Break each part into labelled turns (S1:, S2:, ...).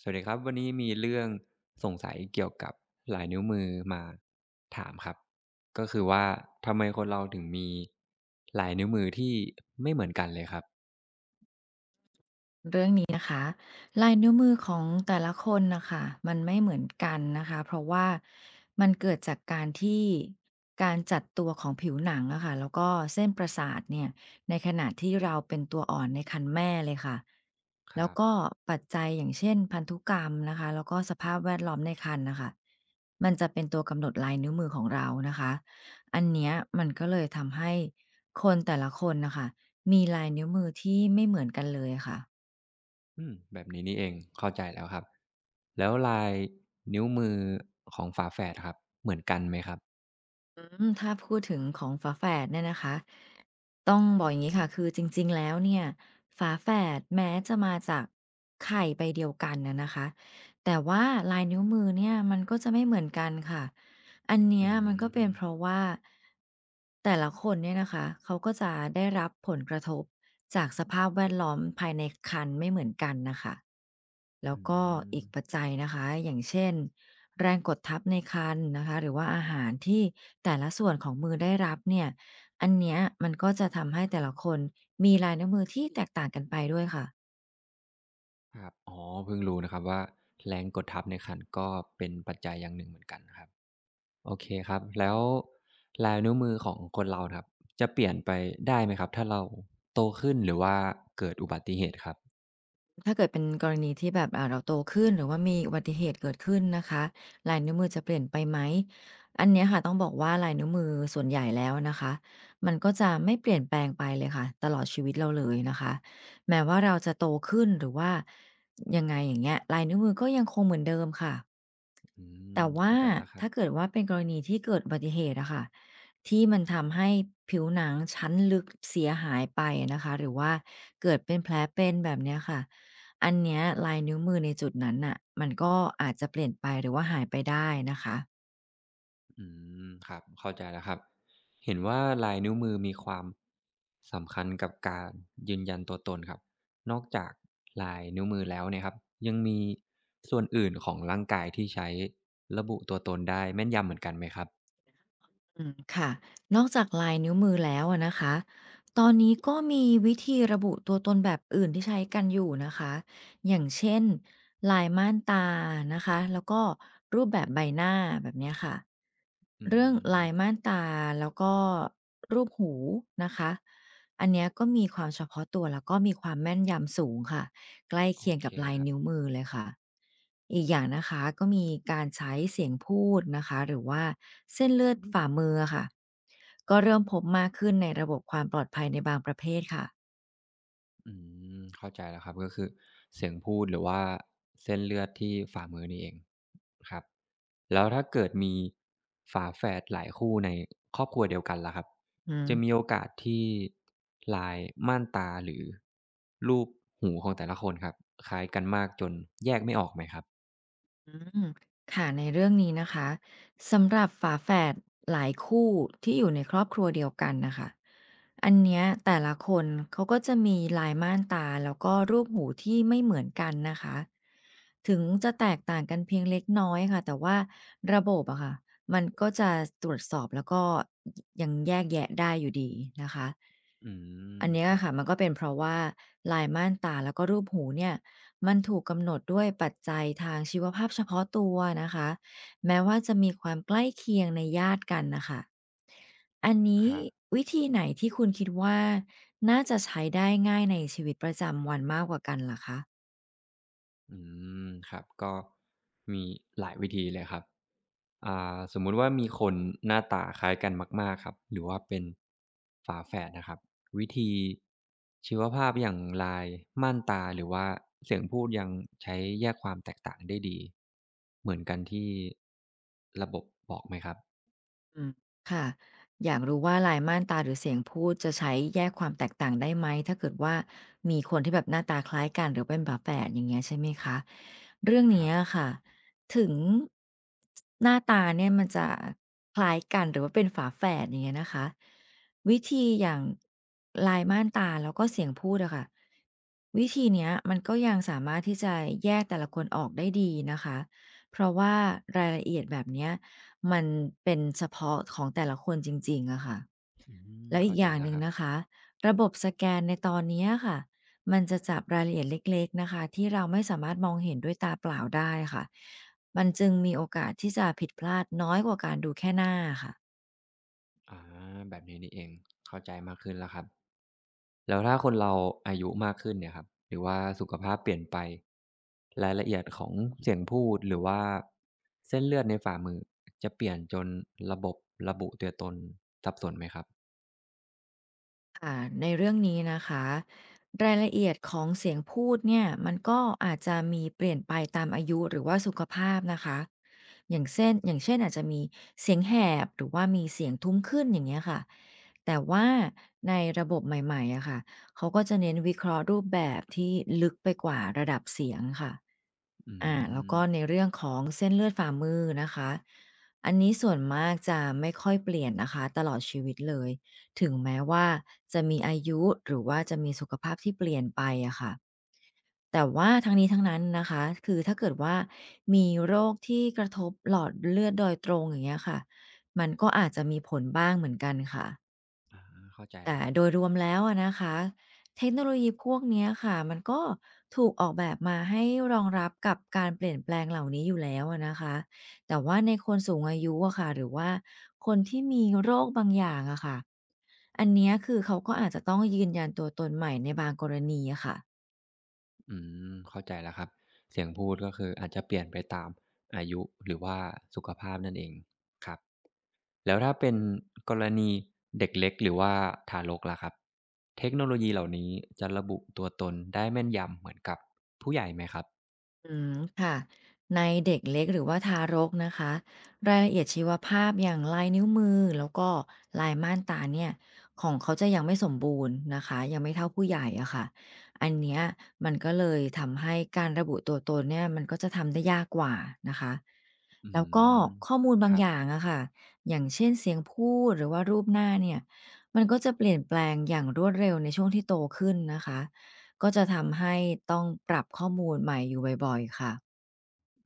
S1: สวัสดีครับวันนี้มีเรื่องสงสัยเกี่ยวกับลายนิ้วมือมาถามครับก็คือว่าทำไมคนเราถึงมีลายนิ้วมือที่ไม่เหมือนกันเลยครับ
S2: ลายนิ้วมือของแต่ละคนนะค่ะมันไม่เหมือนกันนะคะเพราะว่ามันเกิดจากการที่การจัดตัวของผิวหนังอะค่ะแล้วก็เส้นประสาทเนี่ยในขณะที่เราเป็นตัวอ่อนในครรภ์แม่เลยค่ะ
S1: ค
S2: แล้ว
S1: รั
S2: ก็
S1: บ
S2: ปัจจัยอย่างเช่นพันธุกรรมนะคะแล้วก็สภาพแวดล้อมในครรภ์นะคะมันจะเป็นตัวกำหนดลายนิ้วมือของเรานะคะอันเนี้ยมันก็เลยทำให้คนแต่ละคนนะคะมีลายนิ้วมือที่ไม่เหมือนกันเลยอะค่ะ
S1: อืมแบบนี้นี่เองเข้าใจแล้วครับแล้วลายนิ้วมือของฝาแฝดครับเหมือนกันไหมครับ
S2: อืมถ้าพูดถึงของฝาแฝดเนี่ยนะคะต้องบอกอย่างงี้ค่ะคือจริงๆแล้วเนี่ยฝาแฝดแม้จะมาจากไข่ใบเดียวกันน่ะนะคะแต่ว่าลายนิ้วมือเนี่ยมันก็จะไม่เหมือนกันค่ะอันเนี้ย
S1: อื
S2: มันก็เป็นเพราะ
S1: ม
S2: ว่าแต่ละคนเนี่ยนะคะเขาก็จะได้รับผลกระทบ จากสภาพแวดล้อมภายในครรภ์ไม่เหมือนกันนะคะ แล้ว
S1: อื
S2: ก็
S1: ม
S2: อีกปัจจัยนะคะอย่างเช่นแรงกดทับในครรภ์นะคะหรือว่าอาหารที่แต่ละส่วนของมือได้รับเนี่ยอันเนี้ยมันก็จะทำให้แต่ละคนมีลายนิ้วมือที่แตกต่างกันไปด้วยค่ะ
S1: ครับอ๋อเพิ่งรู้นะครับว่าแรงกดทับในขันก็เป็นปัจจัยอย่างหนึ่งเหมือนกันนะครับ โอเคครับแล้วลายนิ้วมือของคนเราครับจะเปลี่ยนไปได้ไหมครับถ้าเราโตขึ้นหรือว่าเกิดอุบัติเหตุครับ
S2: ถ้าเกิดเป็นกรณีที่แบบเราโตขึ้นหรือว่ามีอุบัติเหตุเกิดขึ้นนะคะลายนิ้วมือจะเปลี่ยนไปไหมอันเนี้ยค่ะต้องบอกว่าลายนิ้วมือส่วนใหญ่แล้วนะคะมันก็จะไม่เปลี่ยนแปลงไปเลยค่ะตลอดชีวิตเราเลยนะคะแม้ว่าเราจะโตขึ้นหรือว่ายังไงอย่างเงี้ยลายนิ้วมือก็ยังคงเหมือนเดิมค่ะ
S1: อืม
S2: แต่ว่า
S1: เข้าใจแล้วครับ
S2: ถ้าเกิดว่าเป็นกรณีที่เกิดอุบัติเหตุอะค่ะที่มันทำให้ผิวหนังชั้นลึกเสียหายไปนะคะหรือว่าเกิดเป็นแผลเป็นแบบเนี้ยค่ะ อันเนี้ยลายนิ้วมือในจุดนั้นน่ะมันก็อาจจะเปลี่ยนไปหรือว่าหายไปได้นะคะ
S1: อืมครับเข้าใจแล้วครับเห็นว่าลายนิ้วมือมีความสำคัญกับการยืนยันตัวตนครับนอกจากลายนิ้วมือแล้วเนี่ยครับยังมีส่วนอื่นของร่างกายที่ใช้ระบุตัวตนได้แม่นยำเหมือนกันไหมครับ
S2: อืมค่ะนอกจากลายนิ้วมือแล้วอะนะคะตอนนี้ก็มีวิธีระบุตัวตนแบบอื่นที่ใช้กันอยู่นะคะอย่างเช่นลายม่านตานะคะแล้วก็รูปแบบใบหน้าแบบเนี้ยค่ะ
S1: อื
S2: เรื่อง
S1: ม
S2: ลายม่านตาแล้วก็รูปหูนะคะอันเนี้ยก็มีความเฉพาะตัวแล้วก็มีความแม่นยำสูงค่ะใกล้
S1: โอ
S2: เคียง
S1: เค
S2: กับลาย
S1: ครับ
S2: นิ้วมือเลยค่ะอีกอย่างนะคะก็มีการใช้เสียงพูดนะคะหรือว่าเส้นเลือดฝ่ามือค่ะก็เริ่มพบมากขึ้นในระบบความปลอดภัยในบางประเภทค่ะ
S1: อืมเข้าใจแล้วครับก็คือเสียงพูดหรือว่าเส้นเลือดที่ฝ่ามือนี่เองครับแล้วถ้าเกิดมีฝาแฝดหลายคู่ในครอบครัวเดียวกันล่ะครับ
S2: อื
S1: จะ
S2: ม
S1: มีโอกาสที่ลายม่านตาหรือรูปหูของแต่ละคนครับคล้ายกันมากจนแยกไม่ออกไหมครับ
S2: อืมค่ะในเรื่องนี้นะคะสำหรับฝาแฝดหลายคู่ที่อยู่ในครอบครัวเดียวกันนะคะอันเนี้ยแต่ละคนเขาก็จะมีลายม่านตาแล้วก็รูปหูที่ไม่เหมือนกันนะคะถึงจะแตกต่างกันเพียงเล็กน้อยค่ะแต่ว่าระบบอะค่ะมันก็จะตรวจสอบแล้วก็ยังแยกแยะได้อยู่ดีนะคะ
S1: อืม
S2: อันเนี้ย
S1: ครับ
S2: ค่ะมันก็เป็นเพราะว่าลายม่านตาแล้วก็รูปหูเนี่ย มันถูกกำหนดด้วยปัจจัยทางชีวภาพเฉพาะตัวนะคะแม้ว่าจะมีความใกล้เคียงในญาติกันนะคะอันนี้
S1: ครับ
S2: วิธีไหนที่คุณคิดว่าน่าจะใช้ได้ง่ายในชีวิตประจำวันมากกว่ากันล่ะคะ
S1: อืมครับก็มีหลายวิธีเลยครับ สมมุติว่ามีคนหน้าตาคล้ายกันมากๆครับหรือว่าเป็นฝาแฝดนะครับวิธีชีวภาพอย่างลายม่านตาหรือว่าเสียงพูดยังใช้แยกความแตกต่างได้ดีเหมือนกันที่ระบบบอกไหมครับ
S2: อืมค่ะอยากรู้ว่าลายม่านตาหรือเสียงพูดจะใช้แยกความแตกต่างได้ไหมถ้าเกิดว่ามีคนที่แบบหน้าตาคล้ายกันหรือเป็นฝาแฝดอย่างเงี้ยใช่ไหมคะเรื่อง
S1: ครั
S2: เนี้ย
S1: บ
S2: ค่ะถึงหน้าตาเนี่ยมันจะคล้ายกันหรือว่าเป็นฝาแฝดอย่างเงี้ยนะคะวิธีอย่างลายม่านตาแล้วก็เสียงพูดอะค่ะวิธีเนี้ยมันก็ยังสามารถที่จะแยกแต่ละคนออกได้ดีนะคะเพราะว่ารายละเอียดแบบเนี้ย มันเป็นเฉพาะของแต่ละคนจริงๆอะค่ะ
S1: อืม
S2: แล้วอี
S1: เข้า
S2: กอ
S1: ใจ
S2: ย่าง
S1: แล้
S2: ห
S1: ว
S2: นึ่
S1: ค
S2: ง
S1: รับ
S2: นะคะระบบสแกนในตอนเนี้ยค่ะมันจะจับรายละเอียดเล็กๆนะคะที่เราไม่สามารถมองเห็นด้วยตาเปล่าได้ค่ะมันจึงมีโอกาสที่จะผิดพลาดน้อยกว่าการดูแค่หน้าค่ะ
S1: อาแบบนี้นี่เองเข้าใจมากขึ้นแล้วครับ แล้วถ้าคนเราอายุมากขึ้นเนี่ยครับหรือว่าสุขภาพเปลี่ยนไปรายละเอียดของเสียงพูดหรือว่าเส้นเลือดในฝ่ามือจะเปลี่ยนจนระบบระบุตัวตนสับสนไหมครับ
S2: ค่ะในเรื่องนี้นะคะรายละเอียดของเสียงพูดเนี่ยมันก็อาจจะมีเปลี่ยนไปตามอายุหรือว่าสุขภาพนะคะอย่างเช่นอาจจะมีเสียงแหบหรือว่ามีเสียงทุ้มขึ้นอย่างเงี้ยค่ะแต่ว่าในระบบใหม่ๆอะค่ะเขาก็จะเน้นวิเคราะห์รูปแบบที่ลึกไปกว่าระดับเสียงค่ะ
S1: อื
S2: อาแล้ว
S1: ม
S2: ก็ในเรื่องของเส้นเลือดฝ่ามือนะคะอันนี้ส่วนมากจะไม่ค่อยเปลี่ยนนะคะตลอดชีวิตเลยถึงแม้ว่าจะมีอายุหรือว่าจะมีสุขภาพที่เปลี่ยนไปอะค่ะแต่ว่าทั้งนี้ทั้งนั้นนะคะคือถ้าเกิดว่ามีโรคที่กระทบหลอดเลือดโดยตรงอย่างเงี้ยค่ะมันก็อาจจะมีผลบ้างเหมือนกันค่ะ
S1: อาเข้าใจ
S2: แต่
S1: แล้วครับ
S2: โดยรวมแล้วอะนะคะเทคโนโลยีพวกเนี้ยค่ะมันก็ถูกออกแบบมาให้รองรับกับการเปลี่ยนแปลงเหล่านี้อยู่แล้วอะนะคะแต่ว่าในคนสูงอายุอะค่ะหรือว่าคนที่มีโรคบางอย่างอะค่ะอันเนี้ยคือเขาก็อาจจะต้องยืนยันตัวตนใหม่ในบางกรณีอะค่ะ
S1: อืมเข้าใจแล้วครับเสียงพูดก็คืออาจจะเปลี่ยนไปตามอายุหรือว่าสุขภาพนั่นเองครับแล้วถ้าเป็นกรณีเด็กเล็กหรือว่าทารกล่ะครับเทคโนโลยีเหล่านี้จะระบุตัวตนได้แม่นยำเหมือนกับผู้ใหญ่ไหมครับ
S2: อืมค่ะในเด็กเล็กหรือว่าทารกนะคะรายละเอียดชีวภาพอย่างลายนิ้วมือแล้วก็ลายม่านตาเนี่ยของเขาจะยังไม่สมบูรณ์นะคะยังไม่เท่าผู้ใหญ่อะค่ะอันเนี้ยมันก็เลยทำให้การระบุตัวตนเนี่ยมันก็จะทำได้ยากกว่านะคะ
S1: อื
S2: แล้วก็
S1: ม
S2: ข้อมูล
S1: ค
S2: บาง
S1: รั
S2: อ
S1: บ
S2: ย่างอะค่ะอย่างเช่นเสียงพูดหรือว่ารูปหน้าเนี่ยมันก็จะเปลี่ยนแปลงอย่างรวดเร็วในช่วงที่โตขึ้นนะคะ ก็จะทำให้ต้องปรับข้อมูลใหม่อยู่บ่อยๆค่ะ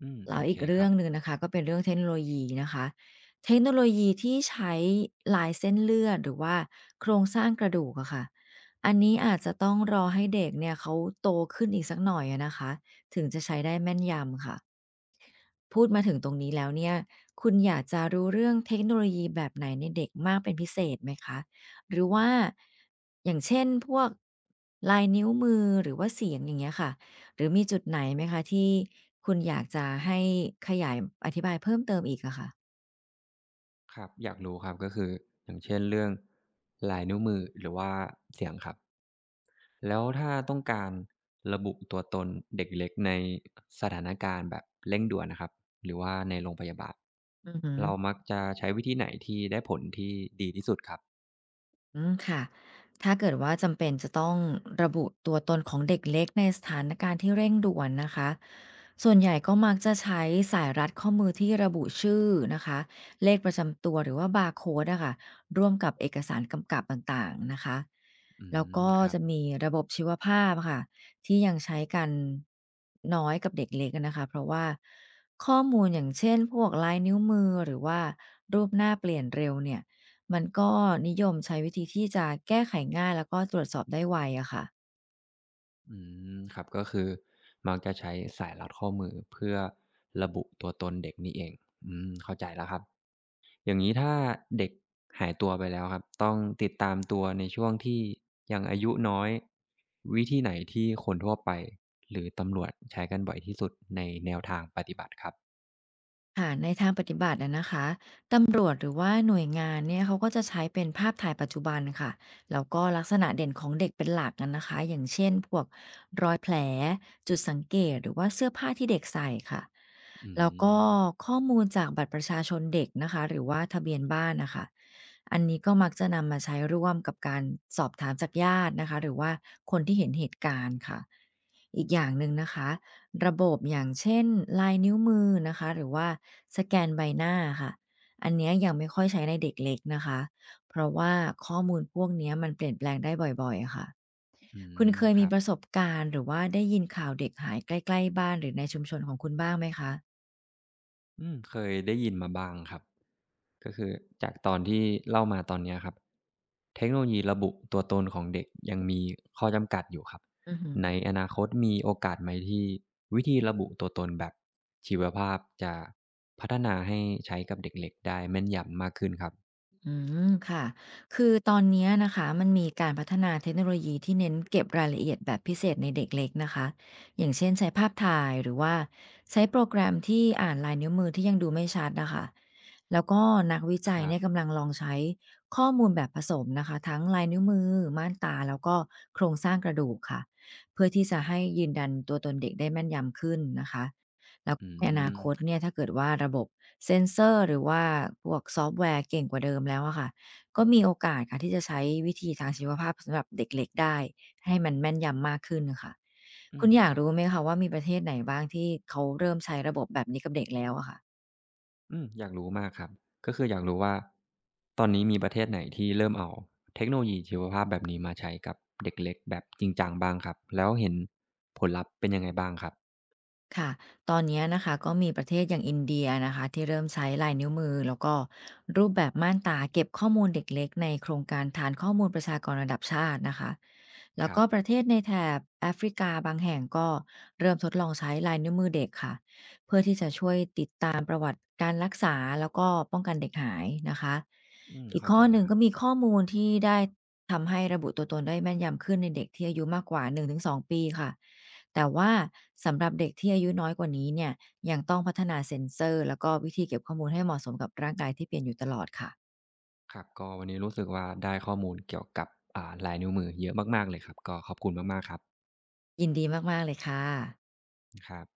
S1: อืม
S2: แล้
S1: โอ
S2: วอี
S1: เค
S2: ก
S1: ค
S2: เรื่อ
S1: รับ
S2: งหนึ่งนะคะก็เป็นเรื่องเทคโนโลยีนะคะเทคโนโลยีที่ใช้ลายเส้นเลือดหรือว่าโครงสร้างกระดูกอะค่ะอันนี้อาจจะต้องรอให้เด็กเนี่ยเขาโตขึ้นอีกสักหน่อยอะนะคะถึงจะใช้ได้แม่นยำค่ะ พูดมาถึงตรงนี้แล้วเนี่ยคุณอยากจะรู้เรื่องเทคโนโลยีแบบไหนในเด็กมากเป็นพิเศษไหมคะหรือว่าอย่างเช่นพวกลายนิ้วมือหรือว่าเสียงอย่างเงี้ยค่ะหรือมีจุดไหนไหมคะที่คุณอยากจะให้ขยายอธิบายเพิ่มเติมอีกอะค่ะ
S1: ครับอยากรู้ครับก็คืออย่างเช่นเรื่องลายนิ้วมือหรือว่าเสียงครับ แล้วถ้าต้องการระบุตัวตนเด็กเล็กในสถานการณ์แบบเร่งด่วนนะครับหรือว่าในโรงพยาบาล
S2: อือฮึ
S1: เรามักจะใช้วิธีไหนที่ได้ผลที่ดีที่สุดครับ
S2: อืมค่ะถ้าเกิดว่าจำเป็นจะต้องระบุตัวตนของเด็กเล็กในสถานการณ์ที่เร่งด่วนนะคะส่วนใหญ่ก็มักจะใช้สายรัดข้อมือที่ระบุชื่อนะคะเลขประจำตัวหรือว่าบาร์โคดอะค่ะร่วมกับเอกสารกำกับต่างๆนะคะ
S1: อื
S2: แล้ว
S1: ม
S2: ก็
S1: ครับ
S2: จะมีระบบชีวภาพค่ะที่ยังใช้กันน้อยกับเด็กเล็กนะคะเพราะว่าข้อมูลอย่างเช่นพวกลายนิ้วมือหรือว่ารูปหน้าเปลี่ยนเร็วเนี่ย มันก็นิยมใช้วิธีที่จะแก้ไขง่ายแล้วก็ตรวจสอบได้ไวอะค่ะ
S1: อืมครับก็คือมักจะใช้สายรัดข้อมือเพื่อระบุตัวตนเด็กนี่เองอืมเข้าใจแล้วครับ อย่างนี้ถ้าเด็กหายตัวไปแล้วครับต้องติดตามตัวในช่วงที่ยังอายุน้อยวิธีไหนที่คนทั่วไปหรือตำรวจใช้กันบ่อยที่สุดในแนวทางปฏิบัติครับ
S2: ค่ะในทางปฏิบัตินะคะตำรวจหรือว่าหน่วยงานเนี่ยเขาก็จะใช้เป็นภาพถ่ายปัจจุบันค่ะแล้วก็ลักษณะเด่นของเด็กเป็นหลักอะนะคะอย่างเช่นพวกรอยแผลจุดสังเกตหรือว่าเสื้อผ้าที่เด็กใส่ค่ะ
S1: อื
S2: แล้วก็
S1: ม
S2: ข้อมูลจากบัตรประชาชนเด็กนะคะหรือว่าทะเบียนบ้านนะคะอันนี้ก็มักจะนำมาใช้ร่วมกับการสอบถามจากญาตินะคะหรือว่าคนที่เห็นเหตุการณ์ค่ะอีกอย่างหนึ่งนะคะ ระบบอย่างเช่นลายนิ้วมือนะคะหรือว่าสแกนใบหน้าค่ะอันเนี้ยยังไม่ค่อยใช้ในเด็กเล็กนะคะเพราะว่าข้อมูลพวกเนี้ยมันเปลี่ยนแปลงได้บ่อยๆอะค่ะ
S1: อื
S2: คุณ
S1: ม
S2: เคย
S1: ค
S2: มี
S1: รับ
S2: ประสบการณ์หรือว่าได้ยินข่าวเด็กหายใกล้ๆบ้านหรือในชุมชนของคุณบ้างไหมคะ
S1: อืมเคยได้ยินมาบ้างครับ ก็คือจากตอนที่เล่ามาตอนเนี้ยครับเทคโนโลยีระบุตัวตนของเด็กยังมีข้อจำกัดอยู่ครับ
S2: อือหืึ
S1: ในอนาคตมีโอกาสไหมที่วิธีระบุตัวตนแบบชีวภาพจะพัฒนาให้ใช้กับเด็กเล็กได้แม่นยำมากขึ้นครับ
S2: อืมค่ะคือตอนเนี้ยนะคะมันมีการพัฒนาเทคโนโลยีที่เน้นเก็บรายละเอียดแบบพิเศษในเด็กเล็กนะคะอย่างเช่นใช้ภาพถ่ายหรือว่าใช้โปรแกรมที่อ่านลายนิ้วมือที่ยังดูไม่ชัดนะคะแล้วก็นักวิ
S1: ค
S2: จัย
S1: รั
S2: เนี่
S1: บ
S2: ยกำลังลองใช้ข้อมูลแบบผสมนะคะทั้งลายนิ้วมือม่านตาแล้วก็โครงสร้างกระดูกค่ะเพื่อที่จะให้ยืนยันตัวตนเด็กได้แม่นยำขึ้นนะคะแล้ว
S1: อื
S2: ในอนาคต
S1: ม
S2: เนี่ยถ้าเกิดว่าระบบ เซนเซอร์หรือว่าพวกซอฟต์แวร์เก่งกว่าเดิมแล้วอะค่ะก็มีโอกาสค่ะที่จะใช้วิธีทางชีวภาพสำหรับเด็กเล็กได้ให้มันแม่นยำมากขึ้นน่ะค่ะ
S1: อื
S2: คุณ
S1: ม
S2: อยา
S1: ค
S2: ก
S1: รับ
S2: รู้ไหมคะว่ามีประเทศไหนบ้างที่เขาเริ่มใช้ระบบแบบนี้กับเด็กแล้วอะค่ะ
S1: อืมอยากรู้มากครับก็คืออยากรู้ว่าตอนนี้มีประเทศไหนที่เริ่มเอาเทคโนโลยีชีวภาพแบบนี้มาใช้กับเด็กเล็กแบบจริงจังบ้างครับ แล้วเห็นผลลัพธ์เป็นยังไงบ้างครับ
S2: ค่ะตอนนี้นะคะก็มีประเทศอย่างอินเดียนะคะที่เริ่มใช้ลายนิ้วมือแล้วก็รูปแบบม่านตาเก็บข้อมูลเด็กเล็กในโครงการฐานข้อมูลประชากรระดับชาตินะคะแล้
S1: ค
S2: ว
S1: รั
S2: ก็
S1: บ
S2: ประเทศในแถบแอฟริกาบางแห่งก็เริ่มทดลองใช้ลายนิ้วมือเด็กค่ะ เพื่อที่จะช่วยติดตามประวัติการรักษาแล้วก็ป้องกันเด็กหายนะคะ
S1: อืม
S2: อีก
S1: เข้า
S2: ข้
S1: ใจ
S2: อห
S1: แล้
S2: นึ่
S1: ว
S2: ง
S1: ครั
S2: ก็
S1: บ
S2: มีข้อมูลที่ได้ทำให้ระบุตัวตนได้แม่นยำขึ้นในเด็กที่อายุมากกว่า1 ถึง 2 ปีค่ะแต่ว่าสำหรับเด็กที่อายุน้อยกว่านี้เนี่ยยังต้องพัฒนาเซ็นเซอร์แล้วก็วิธีเก็บข้อมูลให้เหมาะสมกับร่างกายที่เปลี่ยนอยู่ตลอดค่ะ
S1: ครับ ก็วันนี้รู้สึกว่าได้ข้อมูลเกี่ยวกับลายนิ้วมือเยอะมากๆเลยครับ ก็ขอบคุณมากๆ ครับ
S2: ยินดีมากๆเลยค่ะ
S1: ครับ